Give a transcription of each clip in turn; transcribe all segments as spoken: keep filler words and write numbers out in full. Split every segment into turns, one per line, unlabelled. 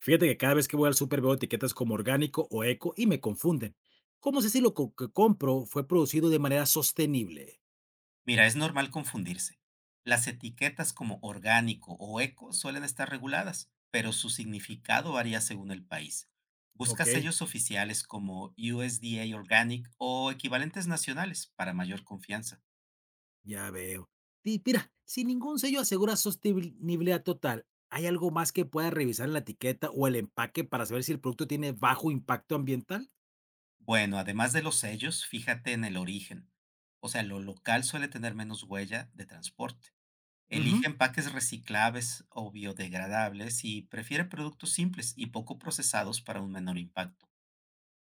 Fíjate que cada vez que voy al súper veo etiquetas como orgánico o eco y me confunden. ¿Cómo sé si lo co- que compro fue producido de manera sostenible?
Mira, es normal confundirse. Las etiquetas como orgánico o eco suelen estar reguladas, pero su significado varía según el país. Busca
Ok,
sellos oficiales como U S D A Organic o equivalentes nacionales para mayor confianza.
ya veo. Y mira, si ningún sello asegura sostenibilidad total, ¿hay algo más que pueda revisar en la etiqueta o el empaque para saber si el producto tiene bajo impacto ambiental?
Bueno, además de los sellos, fíjate en el origen. O sea, lo local suele tener menos huella de transporte. Elige
Ujú.
empaques reciclables o biodegradables y prefiere productos simples y poco procesados para un menor impacto.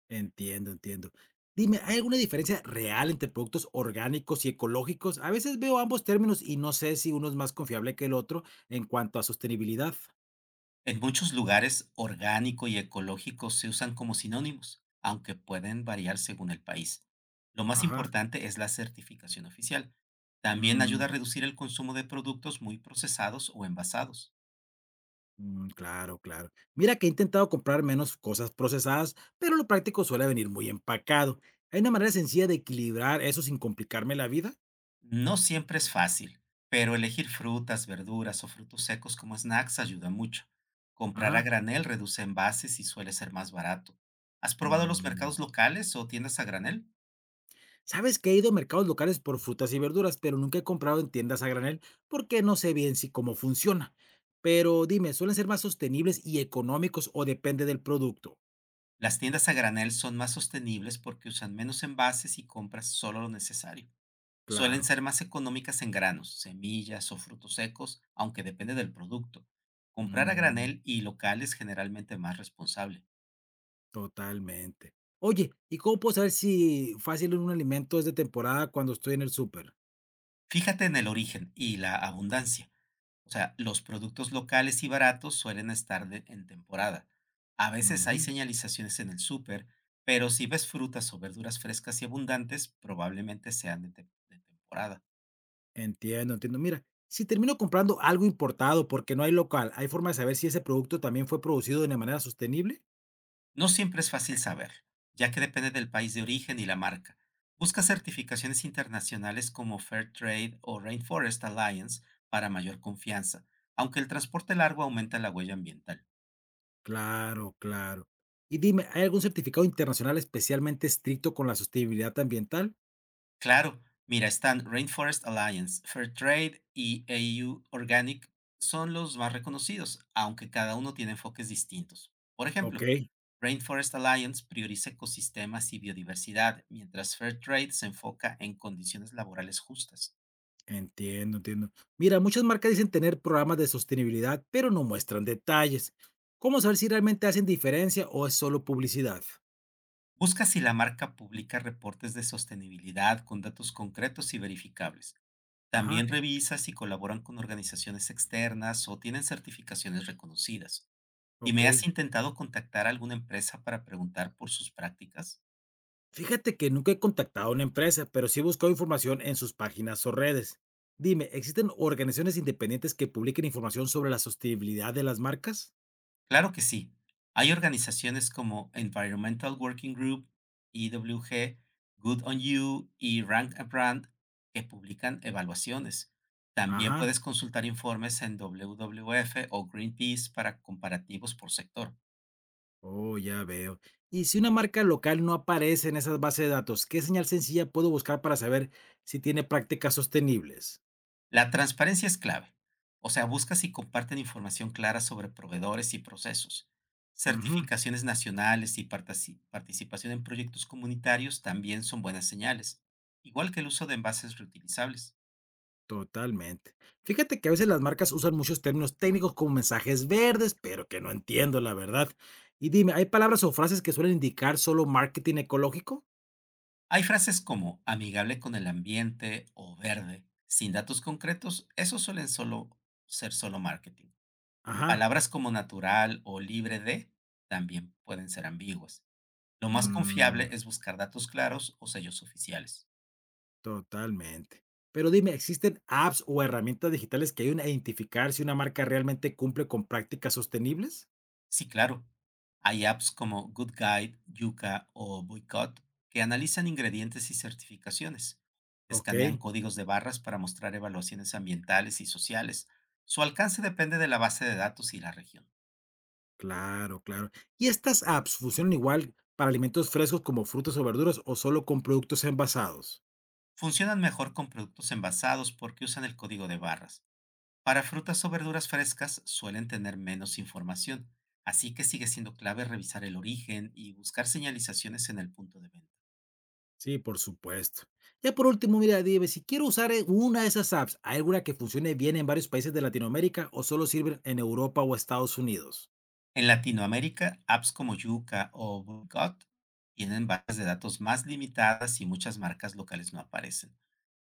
Entiendo, entiendo. Dime, ¿hay alguna diferencia real entre productos orgánicos y ecológicos? A veces veo ambos términos y no sé si uno es más confiable que el otro en cuanto a sostenibilidad.
En muchos lugares, orgánico y ecológico se usan como sinónimos, aunque pueden variar según el país. Lo más
Ajá.
importante es la certificación oficial. También ayuda
Mm,
a reducir el consumo de productos muy procesados o envasados.
mm, claro, claro. Mira que he intentado comprar menos cosas procesadas, pero lo práctico suele venir muy empacado. ¿Hay una manera sencilla de equilibrar eso sin complicarme la vida?
No siempre es fácil, pero elegir frutas, verduras o frutos secos como snacks ayuda mucho. Comprar a
Ajá.
granel reduce envases y suele ser más barato. ¿Has probado los mercados
Mm.
locales o tiendas a granel?
Sabes que he ido a mercados locales por frutas y verduras, pero nunca he comprado en tiendas a granel porque no sé bien si cómo funciona. Pero dime, ¿suelen ser más sostenibles y económicos o depende del producto?
Las tiendas a granel son más sostenibles porque usan menos envases y compras solo lo necesario. Suelen
Claro.
ser más económicas en granos, semillas o frutos secos, aunque depende del producto. Comprar a
Mm.
granel y local es generalmente más responsable.
Totalmente. Oye, ¿y cómo puedo saber si fácil un alimento es de temporada cuando estoy en el súper?
Fíjate en el origen y la abundancia. O sea, los productos locales y baratos suelen estar de- en temporada. A veces hay
Ujú.
señalizaciones en el súper, pero si ves frutas o verduras frescas y abundantes, probablemente sean de te- de temporada.
Entiendo, entiendo. Mira, si termino comprando algo importado porque no hay local, ¿hay forma de saber si ese producto también fue producido de una manera sostenible?
No siempre es fácil saberlo, ya que depende del país de origen y la marca. Busca certificaciones internacionales como Fairtrade o Rainforest Alliance para mayor confianza, aunque el transporte largo aumenta la huella ambiental.
Claro, claro. Y dime, ¿hay algún certificado internacional especialmente estricto con la sostenibilidad ambiental?
Claro, mira, están Rainforest Alliance, Fairtrade y A U Organic son los más reconocidos, aunque cada uno tiene enfoques distintos. Por
Ok,
ejemplo, Rainforest Alliance prioriza ecosistemas y biodiversidad, mientras Fairtrade se enfoca en condiciones laborales justas.
entiendo, entiendo. Mira, muchas marcas dicen tener programas de sostenibilidad, pero no muestran detalles. ¿Cómo saber si realmente hacen diferencia o es solo publicidad?
Busca si la marca publica reportes de sostenibilidad con datos concretos y verificables. También
Ajá,
revisa si colaboran con organizaciones externas o tienen certificaciones reconocidas. ¿Y me has
okey.
intentado contactar a alguna empresa para preguntar por sus prácticas?
Fíjate que nunca he contactado a una empresa, pero sí he buscado información en sus páginas o redes. Dime, ¿existen organizaciones independientes que publiquen información sobre la sostenibilidad de las marcas?
Claro que sí. Hay organizaciones como Environmental Working Group, E W G, Good on You y Rank a Brand que publican evaluaciones. También
Ajá,
puedes consultar informes en W W F o Greenpeace para comparativos por sector.
oh, ya veo. Y si una marca local no aparece en esas bases de datos, ¿qué señal sencilla puedo buscar para saber si tiene prácticas sostenibles?
La transparencia es clave. O sea, busca si comparten información clara sobre proveedores y procesos.
Ujú.
Certificaciones nacionales y partaci- participación en proyectos comunitarios también son buenas señales, igual que el uso de envases reutilizables.
Totalmente. Fíjate que a veces las marcas usan muchos términos técnicos como mensajes verdes, pero que no entiendo, la verdad. Y dime, ¿hay palabras o frases que suelen indicar solo marketing ecológico?
Hay frases como amigable con el ambiente o verde, sin datos concretos, esos suelen solo ser solo marketing.
Ajá.
Palabras como natural o libre de también pueden ser ambiguas. Lo más Ok. confiable
Mm,
es buscar datos claros o sellos oficiales.
totalmente. Pero dime, ¿existen apps o herramientas digitales que ayuden a identificar si una marca realmente cumple con prácticas sostenibles?
Sí, claro. Hay apps como Good Guide, Yuka o Boycott que analizan ingredientes y certificaciones.
Ok,
Escanean códigos de barras para mostrar evaluaciones ambientales y sociales. Su alcance depende de la base de datos y la región.
claro, claro. ¿Y estas apps funcionan igual para alimentos frescos como frutas o verduras o solo con productos envasados?
Funcionan mejor con productos envasados porque usan el código de barras. Para frutas o verduras frescas suelen tener menos información, así que sigue siendo clave revisar el origen y buscar señalizaciones en el punto de venta.
Sí, por supuesto. Ya por último, mira, dime, si quiero usar eh, una de esas apps, ¿hay alguna que funcione bien en varios países de Latinoamérica o solo sirven en Europa o Estados Unidos?
En Latinoamérica, apps como Yuca o Bogot tienen bases de datos más limitadas y muchas marcas locales no aparecen.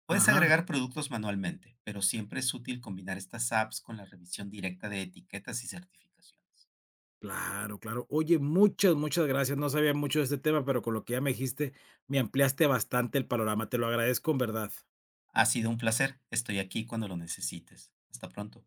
Puedes
Ajá,
agregar productos manualmente, pero siempre es útil combinar estas apps con la revisión directa de etiquetas y certificaciones.
claro, claro. Oye, muchas, muchas gracias. No sabía mucho de este tema, pero con lo que ya me dijiste, me ampliaste bastante el panorama. Te lo agradezco en verdad.
Ha sido un placer. Estoy aquí cuando lo necesites. Hasta pronto.